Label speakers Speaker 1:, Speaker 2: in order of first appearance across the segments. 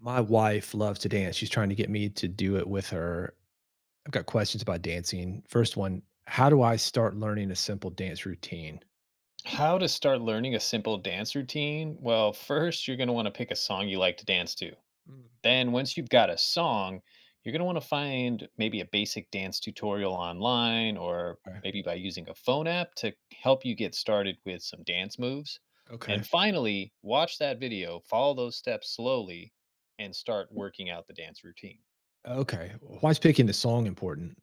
Speaker 1: My wife loves to dance. She's trying to get me to do it with her. I've got questions about dancing. First one, how do I start learning a simple dance routine?
Speaker 2: How to start learning a simple dance routine? Well, first, you're going to want to pick a song you like to dance to.
Speaker 1: Mm,
Speaker 2: Then, once you've got a song, you're going to want to find maybe a basic dance tutorial online or
Speaker 1: okay.
Speaker 2: maybe by using a phone app to help you get started with some dance moves.
Speaker 1: Okay.
Speaker 2: And finally, watch that video, follow those steps slowly, and start working out the dance routine.
Speaker 1: Okay. Why is picking the song important?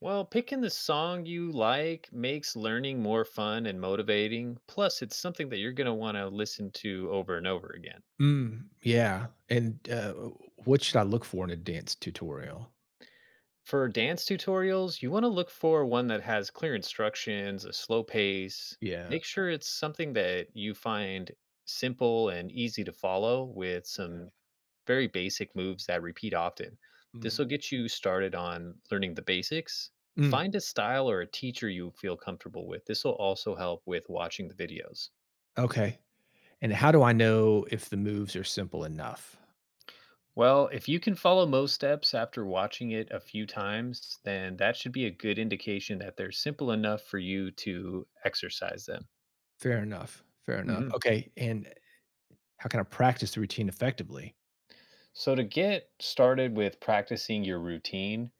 Speaker 2: Well, picking the song you like makes learning more fun and motivating. Plus, it's something that you're going to want to listen to over and over again.
Speaker 1: Mm, yeah. And What should I look for in a dance tutorial?
Speaker 2: For dance tutorials, you want to look for one that has clear instructions, a slow pace.
Speaker 1: Yeah.
Speaker 2: Make sure it's something that you find simple and easy to follow with
Speaker 1: yeah.
Speaker 2: some very basic moves that repeat often. This will
Speaker 1: Mhm.
Speaker 2: get you started on learning the basics.
Speaker 1: Mm,
Speaker 2: Find a style or a teacher you feel comfortable with. This will also help with watching the videos.
Speaker 1: okay. And how do I know if the moves are simple enough?
Speaker 2: Well, if you can follow most steps after watching it a few times, then that should be a good indication that they're simple enough for you to exercise them.
Speaker 1: Fair enough. Fair enough.
Speaker 2: Mhm.
Speaker 1: Okay. And how can I practice the routine effectively?
Speaker 2: So, to get started with practicing your routine,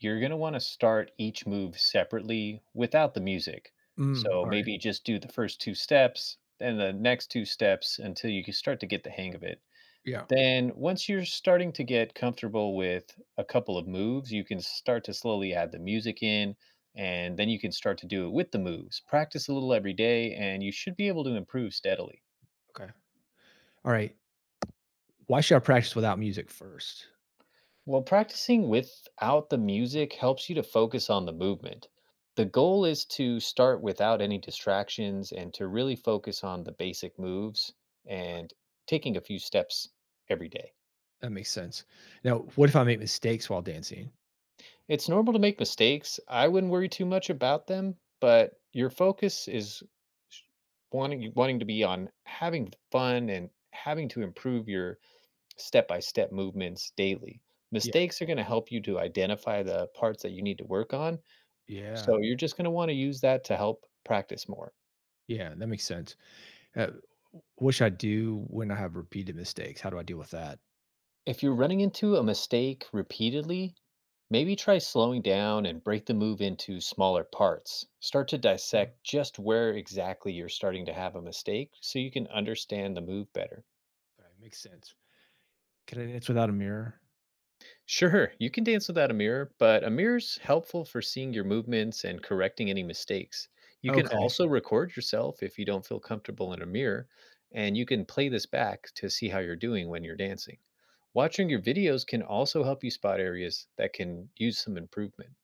Speaker 2: you're going to want to start each move separately without the music. So,
Speaker 1: All right.
Speaker 2: maybe just do the first two steps and the next two steps until you can start to get the hang of it.
Speaker 1: Yeah.
Speaker 2: Then once you're starting to get comfortable with a couple of moves, you can start to slowly add the music in and then you can start to do it with the moves. Practice a little every day and you should be able to improve steadily.
Speaker 1: Okay. All right. Why should I practice without music first?
Speaker 2: Well, practicing without the music helps you to focus on the movement. The goal is to start without any distractions and to really focus on the basic moves and taking a few steps every day.
Speaker 1: That makes sense. Now, what if I make mistakes while dancing?
Speaker 2: It's normal to make mistakes. I wouldn't worry too much about them, but your focus is sh- wanting to be on having fun and having to improve your step-by-step movements daily.
Speaker 1: Yeah.
Speaker 2: Mistakes are going to help you to identify the parts that you need to work on. So
Speaker 1: Yeah.
Speaker 2: you're just going to want to use that to help practice more.
Speaker 1: Yeah. That makes sense. Uh, what should I do when I have repeated mistakes? How do I deal with that?
Speaker 2: If you're running into a mistake repeatedly, maybe try slowing down and break the move into smaller parts. Start to
Speaker 1: Mm,
Speaker 2: dissect just where exactly you're starting to have a mistake so you can understand the move better.
Speaker 1: Okay. Makes sense. Can I dance without a mirror?
Speaker 2: Sure, you can dance without a mirror, but a mirror's helpful for seeing your movements and correcting any mistakes. You can
Speaker 1: Okay.
Speaker 2: also record yourself if you don't feel comfortable in a mirror, and you can play this back to see how you're doing when you're dancing. Watching your videos can also help you spot areas that can use some improvement.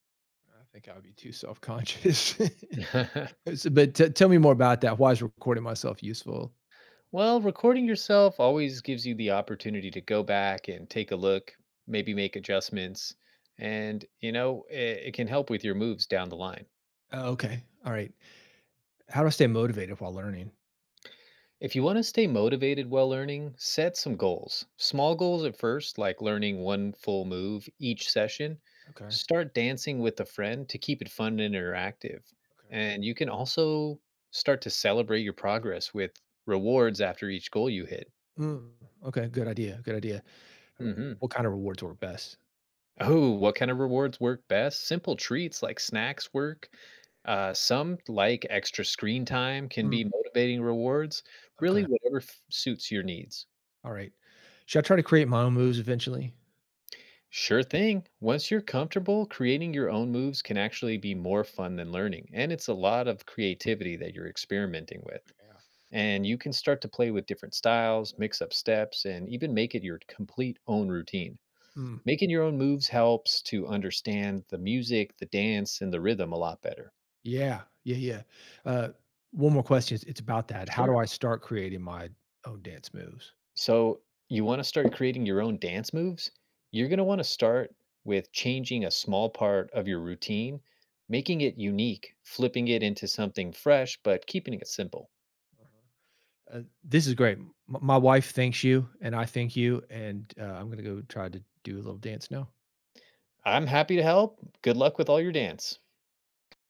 Speaker 1: I think I would be too self conscious. So, but tell me more about that. Why is recording myself useful?
Speaker 2: Well, recording yourself always gives you the opportunity to go back and take a look, maybe make adjustments, and it can help with your moves down the line.
Speaker 1: Oh, okay. All right. How do I stay motivated while learning?
Speaker 2: If you want to stay motivated while learning, set some goals. Small goals at first, like learning one full move each session.
Speaker 1: Okay.
Speaker 2: Start dancing with a friend to keep it fun and interactive.
Speaker 1: Okay.
Speaker 2: And you can also start to celebrate your progress with rewards after each goal you hit.
Speaker 1: Mm, okay. Good idea. Good idea.
Speaker 2: Hmm.
Speaker 1: What kind of rewards work best?
Speaker 2: Oh, what kind of rewards work best? Simple treats like snacks work. Some like extra screen time can
Speaker 1: Mm,
Speaker 2: be motivating rewards. Really,
Speaker 1: okay,
Speaker 2: whatever suits your needs.
Speaker 1: all right. Should I try to create my own moves eventually?
Speaker 2: Sure thing. Once you're comfortable, creating your own moves can actually be more fun than learning. And it's a lot of creativity that you're experimenting with.
Speaker 1: Yeah.
Speaker 2: And you can start to play with different styles, mix up steps, and even make it your complete own routine.
Speaker 1: Mm,
Speaker 2: Making your own moves helps to understand the music, the dance, and the rhythm a lot better.
Speaker 1: yeah, yeah, yeah. Uh, one more question, it's about that. How do
Speaker 2: Sure.
Speaker 1: I start creating my own dance moves?
Speaker 2: So you want to start creating your own dance moves? You're going to want to start with changing a small part of your routine, making it unique, flipping it into something fresh, but keeping it simple.
Speaker 1: Mhm. This is great. M my wife thanks you, and I thank you, and, I'm gonna go try to do a little dance now.
Speaker 2: I'm happy to help. Good luck with all your dance.